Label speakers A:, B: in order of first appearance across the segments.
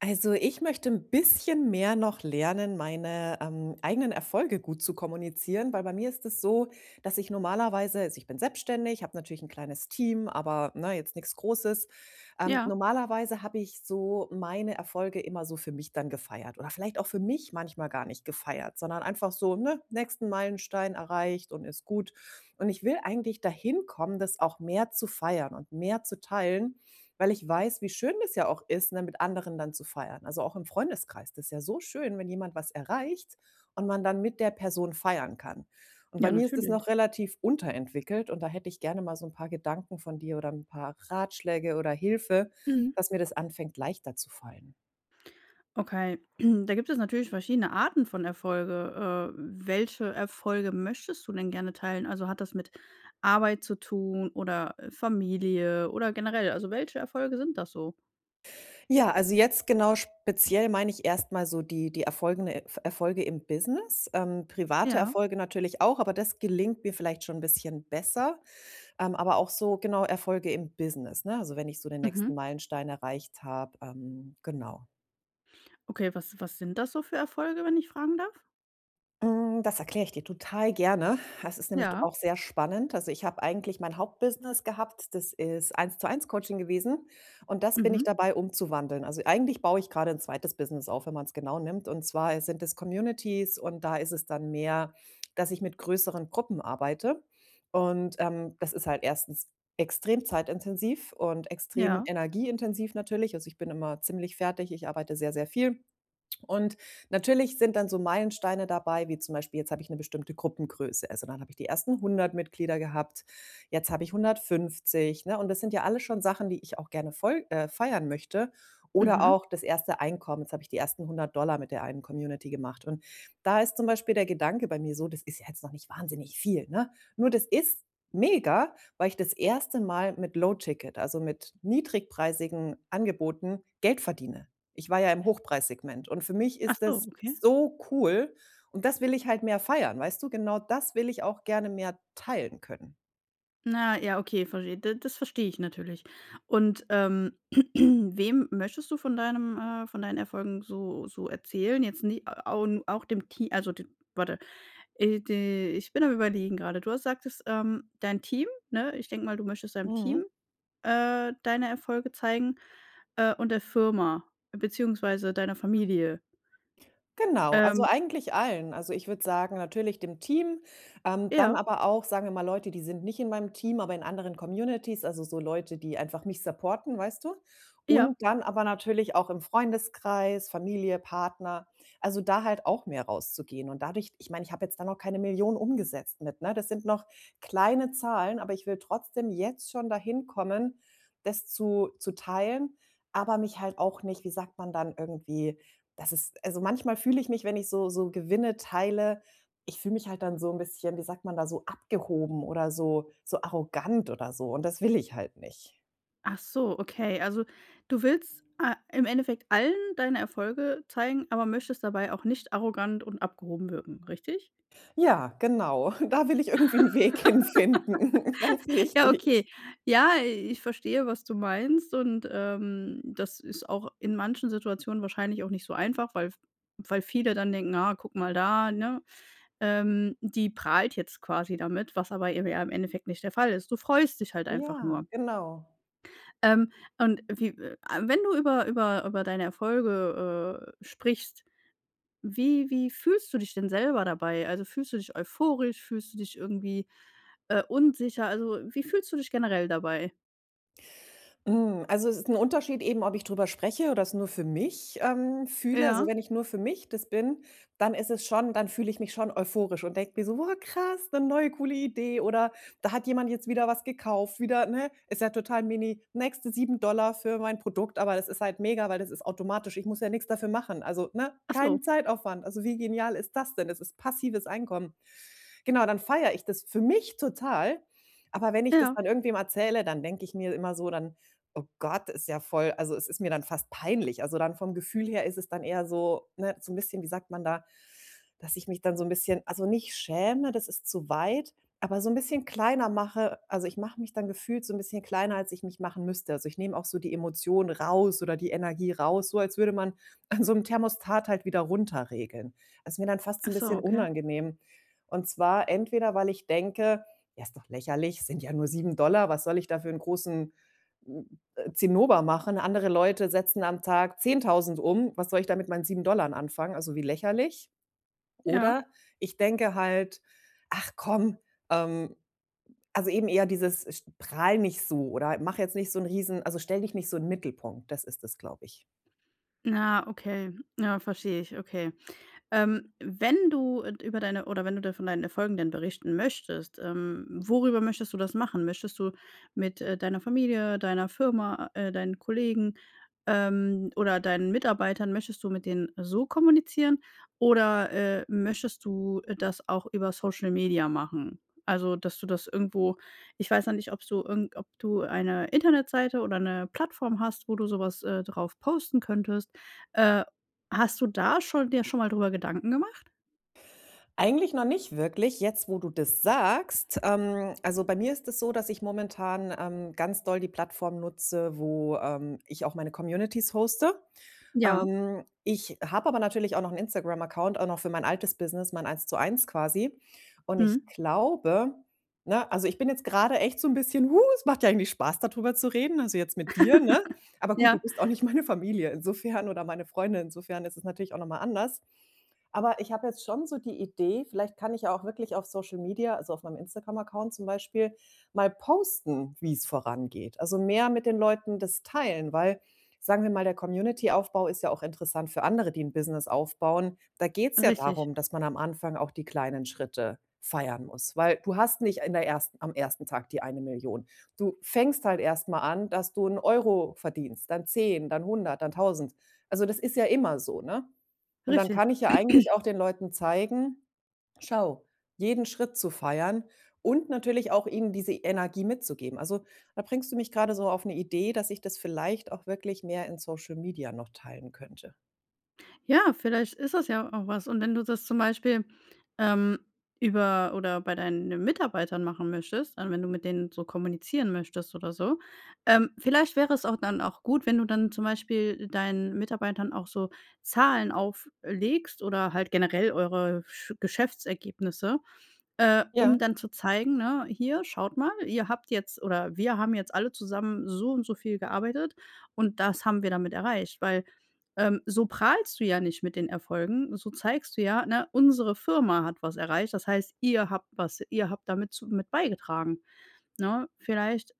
A: Also, ich möchte ein bisschen mehr noch lernen, meine, eigenen Erfolge gut zu kommunizieren, weil bei mir ist es so, dass ich normalerweise also, ich bin selbstständig, habe natürlich ein kleines Team, aber, ne, jetzt nichts Großes.
B: Ja,
A: Normalerweise habe ich so meine Erfolge immer so für mich dann gefeiert oder vielleicht auch für mich manchmal gar nicht gefeiert, sondern einfach so, ne, nächsten Meilenstein erreicht und ist gut. Und ich will eigentlich dahin kommen, das auch mehr zu feiern und mehr zu teilen. Weil ich weiß, wie schön das ja auch ist, ne, mit anderen dann zu feiern. Also, auch im Freundeskreis. Das ist ja so schön, wenn jemand was erreicht und man dann mit der Person feiern kann. Und bei
B: ja,
A: mir ist es noch
B: natürlich.
A: relativ unterentwickelt und da hätte ich gerne mal so ein paar Gedanken von dir oder ein paar Ratschläge oder Hilfe,
B: Mhm.
A: dass mir das anfängt, leichter zu fallen.
B: Okay, da gibt es natürlich verschiedene Arten von Erfolge. Welche Erfolge möchtest du denn gerne teilen? Also hat das mit Arbeit zu tun oder Familie oder generell? Also welche Erfolge sind das so?
A: Ja, also, jetzt genau speziell meine ich erst mal so die erfolgende Erfolge im Business, private
B: Ja.
A: Erfolge natürlich auch, aber das gelingt mir vielleicht schon ein bisschen besser. Aber auch so, genau, Erfolge im Business, ne? Also, wenn ich so den
B: Mhm.
A: nächsten Meilenstein erreicht habe, genau.
B: Okay, was sind das so für Erfolge, wenn ich fragen darf?
A: Hm, das erkläre ich dir total gerne. Das ist nämlich
B: Ja.
A: auch sehr spannend. Also, ich habe eigentlich mein Hauptbusiness gehabt, das ist Eins-zu-eins-Coaching gewesen und das bin ich
B: Mhm.
A: dabei umzuwandeln. Also, eigentlich baue ich gerade ein zweites Business auf, wenn man es genau nimmt, und zwar sind es Communities und da ist es dann mehr, dass ich mit größeren Gruppen arbeite und, das ist halt erstens extrem zeitintensiv und extrem
B: Ja.
A: energieintensiv natürlich. Also, ich bin immer ziemlich fertig, ich arbeite sehr, sehr viel. Und natürlich sind dann so Meilensteine dabei, wie zum Beispiel, jetzt habe ich eine bestimmte Gruppengröße. Also, dann habe ich die ersten 100 Mitglieder gehabt, jetzt habe ich 150, ne? Und das sind ja alles schon Sachen, die ich auch gerne voll feiern möchte. Oder
B: Mhm.
A: auch das erste Einkommen. Jetzt habe ich die ersten 100 mit der einen Community gemacht. Und da ist zum Beispiel der Gedanke bei mir so, das ist ja jetzt noch nicht wahnsinnig viel, ne? Nur das ist mega, weil ich das erste Mal mit Low Ticket, also mit niedrigpreisigen Angeboten Geld verdiene. Ich war ja im Hochpreissegment und für mich
B: Ach
A: ist
B: so,
A: das
B: okay.
A: so cool und das will ich halt mehr feiern, weißt du? Genau das will ich auch gerne mehr teilen können.
B: Na ja, okay, verstehe. D das verstehe ich natürlich. Und, wem möchtest du von deinem von deinen Erfolgen so erzählen? Jetzt nie au Auch dem Team, also, d warte, d ich bin am Überlegen gerade. Du hast sagtest, dein Team, ne? Ich denke mal, du möchtest deinem
A: Mhm.
B: Team, deine Erfolge zeigen, und der Firma beziehungsweise deiner Familie.
A: Genau, also
B: Ähm,
A: eigentlich allen. Also, ich würde sagen, natürlich dem Team, dann
B: ja,
A: aber auch, sagen wir mal, Leute, die sind nicht in meinem Team, aber in anderen Communities, also so Leute, die einfach mich supporten, weißt du?
B: ja.
A: Und dann aber natürlich auch im Freundeskreis, Familie, Partner, also da halt auch mehr rauszugehen. Und dadurch, ich meine, ich habe jetzt da noch keine Million umgesetzt mit, ne? Das sind noch kleine Zahlen, aber ich will trotzdem jetzt schon dahin kommen, das zu teilen, aber mich halt auch nicht, wie sagt man dann, irgendwie das ist also, manchmal fühle ich mich, wenn ich so Gewinne teile, ich fühle mich halt dann so ein bisschen, wie sagt man da, so abgehoben oder so arrogant oder so, und das will ich halt nicht.
B: Ach so, okay. Also, du willst, im Endeffekt allen deine Erfolge zeigen, aber möchtest dabei auch nicht arrogant und abgehoben wirken, richtig?
A: Ja, genau. Da will ich irgendwie einen Weg hinfinden. Ganz
B: Ja,
A: richtig.
B: okay. Ja, ich verstehe, was du meinst, und, das ist auch in manchen Situationen wahrscheinlich auch nicht so einfach, weil viele dann denken: „Ah, guck mal da“, ne? Die prahlt jetzt quasi damit, was aber eben ja im Endeffekt nicht der Fall ist. Du freust dich halt einfach
A: Ja,
B: nur.
A: genau.
B: Ähm, und wie Wenn du über deine Erfolge, sprichst, wie fühlst du dich denn selber dabei? Also, fühlst du dich euphorisch? Fühlst du dich irgendwie, unsicher? Also, wie fühlst du dich generell dabei?
A: Hm, also, es ist ein Unterschied eben, ob ich drüber spreche oder es nur für mich, fühle. Also,
B: Ja.
A: wenn ich nur für mich das bin, dann ist es schon, dann fühle ich mich schon euphorisch und denke mir so: „Boah, krass, eine neue coole Idee“ oder „da hat jemand jetzt wieder was gekauft“, wieder, ne? Ist ja total mini. Nächste 7 Dollar für mein Produkt, aber das ist halt mega, weil das ist automatisch. Ich muss ja nichts dafür machen. Also, ne,
B: Ach so.
A: keinen Zeitaufwand. Also, wie genial ist das denn? Es ist passives Einkommen. Genau, dann feiere ich das für mich total, aber wenn ich das
B: Ja.
A: dann irgendwem erzähle, dann denke ich mir immer so, dann: Oh Gott, ist ja voll, also, es ist mir dann fast peinlich. Also, dann vom Gefühl her ist es dann eher so, ne, so ein bisschen, wie sagt man da, dass ich mich dann so ein bisschen, also, nicht schäme, das ist zu weit, aber so ein bisschen kleiner mache. Also, ich mache mich dann gefühlt so ein bisschen kleiner, als ich mich machen müsste. Also, ich nehme auch so die Emotionen raus oder die Energie raus, so als würde man an so einem Thermostat halt wieder runterregeln. Das ist mir dann fast so
B: Ach
A: ein
B: so,
A: bisschen
B: okay.
A: unangenehm. Und zwar entweder, weil ich denke: „Ja, ist doch lächerlich, sind ja nur 7 Dollar. Was soll ich da für 'n großen Zinnober machen. Andere Leute setzen am Tag 10.000 um. Was soll ich da mit meinen 7 Dollar anfangen? Also, wie lächerlich.“
B: Ja.
A: Oder ich denke halt: „Ach komm, ähm“ also eben eher dieses sch „Prahl nicht so“ oder „Mach jetzt nicht so 'n Riesen, also, stell dich nicht so in 'n Mittelpunkt.“ Das ist es, glaube ich.
B: Na, okay. Ja, verstehe ich, okay. Wenn du d über deine oder wenn du da von deinen Erfolgen denn berichten möchtest, worüber möchtest du das machen? Möchtest du mit, deiner Familie, deiner Firma, deinen Kollegen, oder deinen Mitarbeitern möchtest du mit denen so kommunizieren oder, möchtest du das auch über Social Media machen? Also, dass du das irgendwo ich weiß ja nicht, ob du irgend ob du eine Internetseite oder eine Plattform hast, wo du sowas drauf posten könntest. Äh, hast du da schon dir schon mal drüber Gedanken gemacht?
A: Eigentlich noch nicht wirklich, jetzt wo du das sagst. Also, bei mir ist es so, dass ich momentan, ganz doll die Plattform nutze, wo, ich auch meine Communities hoste.
B: Ja,
A: Ich habe aber natürlich auch noch einen Instagram-Account, auch noch für mein altes Business, mein Eins zu Eins quasi. Und ich
B: mhm,
A: glaube, ne, also, ich bin jetzt gerade echt so ein bisschen: „Hu, es macht ja eigentlich Spaß, darüber zu reden“, also, jetzt mit dir, ne? Aber gut, du
B: ja,
A: bist auch nicht meine Familie insofern oder meine Freunde, insofern ist es natürlich auch noch mal anders. Aber ich habe jetzt schon so die Idee, vielleicht kann ich ja auch wirklich auf Social Media, also, auf meinem Instagram-Account zum Beispiel, mal posten, wie es vorangeht. Also, mehr mit den Leuten das teilen, weil, sagen wir mal, der Community-Aufbau ist ja auch interessant für andere, die ein Business aufbauen. Da geht es ja
B: richtig,
A: darum, dass man am Anfang auch die kleinen Schritte feiern muss, weil du hast nicht in der ersten am ersten Tag die 1.000.000. Du fängst halt erst mal an, dass du einen Euro verdienst, dann 10, dann 100, dann 1.000. Also, das ist ja immer so, ne? Und dann
B: richtig.
A: kann ich ja eigentlich auch den Leuten zeigen: Schau, jeden Schritt zu feiern und natürlich auch ihnen diese Energie mitzugeben. Also, da bringst du mich gerade so auf eine Idee, dass ich das vielleicht auch wirklich mehr in Social Media noch teilen könnte.
B: Ja, vielleicht ist das ja auch was. Und wenn du das zum Beispiel, ähm, über oder bei deinen Mitarbeitern machen möchtest, also wenn du mit denen so kommunizieren möchtest oder so, vielleicht wäre es auch dann auch gut, wenn du dann zum Beispiel deinen Mitarbeitern auch so Zahlen auflegst oder halt generell eure Sch Geschäftsergebnisse. Um
A: Ja.
B: dann zu zeigen, ne: „Hier, schaut mal, ihr habt jetzt oder wir haben jetzt alle zusammen so und so viel gearbeitet und das haben wir damit erreicht.“ Weil, so prahlst du ja nicht mit den Erfolgen, so zeigst du ja, ne: „Unsere Firma hat was erreicht.“ Das heißt, ihr habt was ihr habt damit zu mit beigetragen, ne? Vielleicht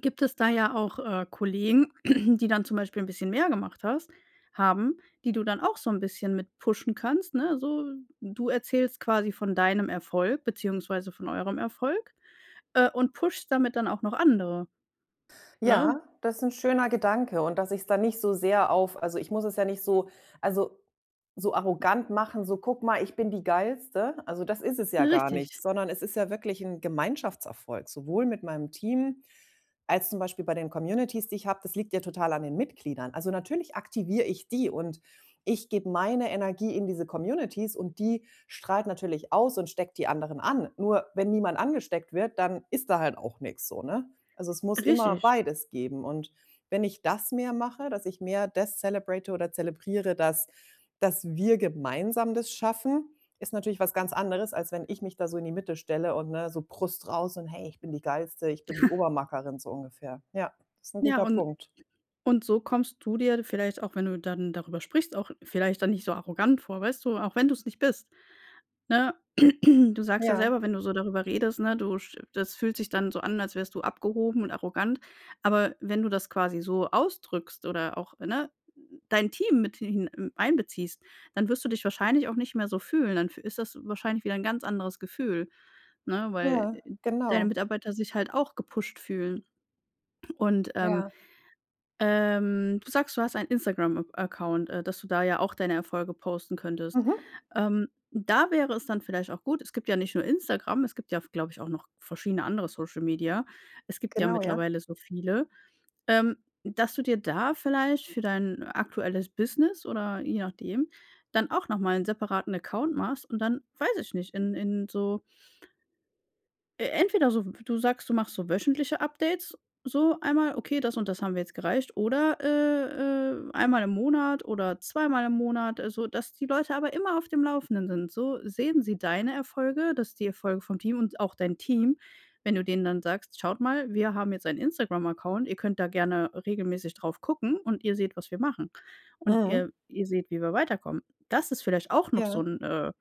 B: gibt es da ja auch, Kollegen, die dann zum Beispiel ein bisschen mehr gemacht hast haben, die du dann auch so ein bisschen mit pushen kannst, ne? So, du erzählst quasi von deinem Erfolg beziehungsweise von eurem Erfolg, und pushst damit dann auch noch andere, ne?
A: Ja, das ist ein schöner Gedanke, und dass ich es dann nicht so sehr auf, also, ich muss es ja nicht so, also, so arrogant machen, so: „Guck mal, ich bin die Geilste.“ Also, das ist es ja gar
B: Richtig,
A: nicht, sondern es ist ja wirklich ein Gemeinschaftserfolg, sowohl mit meinem Team als zum Beispiel bei den Communities, die ich habe. Das liegt ja total an den Mitgliedern. Also, natürlich aktiviere ich die, und ich gebe meine Energie in diese Communities und die strahlt natürlich aus und steckt die anderen an. Nur wenn niemand angesteckt wird, dann ist da halt auch nichts so, ne? Also, es muss immer
B: richtig.
A: beides geben. Und wenn ich das mehr mache, dass ich mehr das celebrate oder zelebriere, dass wir gemeinsam das schaffen, ist natürlich was ganz anderes, als wenn ich mich da so in die Mitte stelle und, ne, so Brust raus und: „Hey, ich bin die Geilste, ich bin die Obermackerin“, so ungefähr. Ja, das ist ein
B: Ja,
A: guter
B: und
A: Punkt.
B: so kommst du dir vielleicht auch, wenn du dann darüber sprichst, auch vielleicht dann nicht so arrogant vor, weißt du, auch wenn du es nicht bist. Ne? Du sagst ja
A: Ja,
B: selber, wenn du so darüber redest, ne, du sch das fühlt sich dann so an, als wärst du abgehoben und arrogant. Aber wenn du das quasi so ausdrückst oder auch, ne, dein Team mit hin einbeziehst, dann wirst du dich wahrscheinlich auch nicht mehr so fühlen. Dann f Ist das wahrscheinlich wieder ein ganz anderes Gefühl, ne, weil
A: ja,
B: deine
A: genau.
B: Mitarbeiter sich halt auch gepusht fühlen. Und,
A: Ja.
B: du sagst, du hast einen Instagram Account, dass du da ja auch deine Erfolge posten könntest.
A: Mhm.
B: Da wäre es dann vielleicht auch gut, es gibt ja nicht nur Instagram, es gibt ja, glaube ich, auch noch verschiedene andere Social Media. Es gibt ja
A: Genau, ja.
B: mittlerweile so viele, ähm, dass du dir da vielleicht für dein aktuelles Business oder je nachdem, dann auch noch mal 'n separaten Account machst und dann, weiß ich nicht, in so entweder so, du sagst, du machst so wöchentliche Updates, so einmal: „Okay, das und das haben wir jetzt gereicht.“ Oder, einmal im Monat oder zweimal im Monat, so dass die Leute aber immer auf dem Laufenden sind. So sehen sie deine Erfolge, dass die Erfolge vom Team und auch dein Team, wenn du denen dann sagst: „Schaut mal, wir haben jetzt einen Instagram-Account, ihr könnt da gerne regelmäßig drauf gucken und ihr seht, was wir machen und
A: Mhm.
B: ihr seht, wie wir weiterkommen.“ Das ist vielleicht auch noch so
A: Ja.
B: ein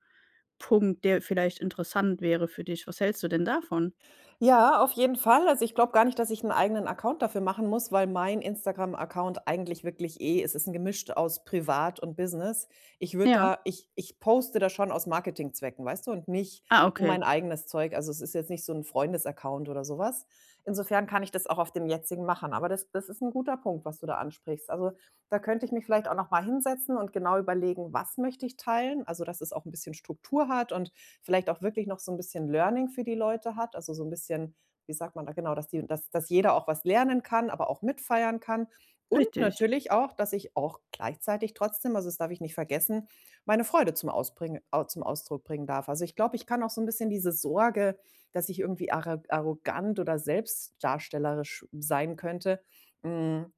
B: Punkt, der vielleicht interessant wäre für dich. Was hältst du denn davon?
A: Ja, auf jeden Fall. Also, ich glaube gar nicht, dass ich einen eigenen Account dafür machen muss, weil mein Instagram-Account eigentlich wirklich es ist ein Gemisch aus privat und Business. Ich würde
B: Ja.
A: da ich ich poste da schon aus Marketingzwecken, weißt du, und nicht
B: Ah,
A: um
B: okay,
A: mein eigenes Zeug. Also, es ist jetzt nicht so ein Freundes-Account oder sowas. Insofern kann ich das auch auf dem jetzigen machen. Aber das ist ein guter Punkt, was du da ansprichst. Also, da könnte ich mich vielleicht auch noch mal hinsetzen und genau überlegen, was möchte ich teilen? Also, dass es auch ein bisschen Struktur hat und vielleicht auch wirklich noch so ein bisschen Learning für die Leute hat, also so ein bisschen, wie sagt man da genau, dass die dass dass jeder auch was lernen kann, aber auch mitfeiern kann und
B: richtig.
A: natürlich auch, dass ich auch gleichzeitig trotzdem, also das darf ich nicht vergessen, meine Freude zum Ausbringen au zum Ausdruck bringen darf. Also ich glaube, ich kann auch so ein bisschen diese Sorge, dass ich irgendwie arrogant oder selbstdarstellerisch sein könnte, hm,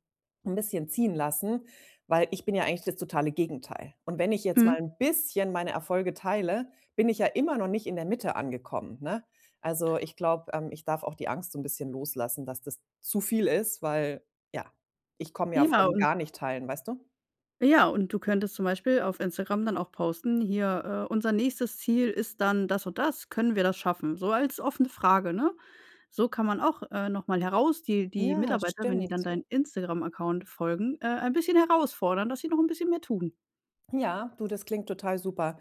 A: 'n bisschen ziehen lassen, weil ich bin ja eigentlich das totale Gegenteil. Und wenn ich jetzt mal
B: Mhm.
A: ein bisschen meine Erfolge teile, bin ich ja immer noch nicht in der Mitte angekommen, ne? Also, ich glaube, ich darf auch die Angst so ein bisschen loslassen, dass das zu viel ist, weil, ja, ich komme ja
B: Ja,
A: vom
B: und
A: gar nicht teilen, weißt du?
B: ja, und du könntest zum Beispiel auf Instagram dann auch posten: „Hier, unser nächstes Ziel ist dann das und das. Können wir das schaffen?“ So als offene Frage, ne? So kann man auch, noch mal heraus die
A: Ja,
B: Mitarbeiter, wenn die dann
A: stimmt.
B: deinen Instagram-Account folgen, ein bisschen herausfordern, dass sie noch ein bisschen mehr tun.
A: Ja, du, das klingt total super.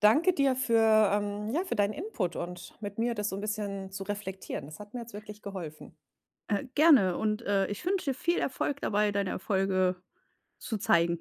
A: Danke dir für deinen Input und mit mir das so ein bisschen zu reflektieren. Das hat mir jetzt wirklich geholfen.
B: Gerne und, ich wünsche dir viel Erfolg dabei, deine Erfolge zu zeigen.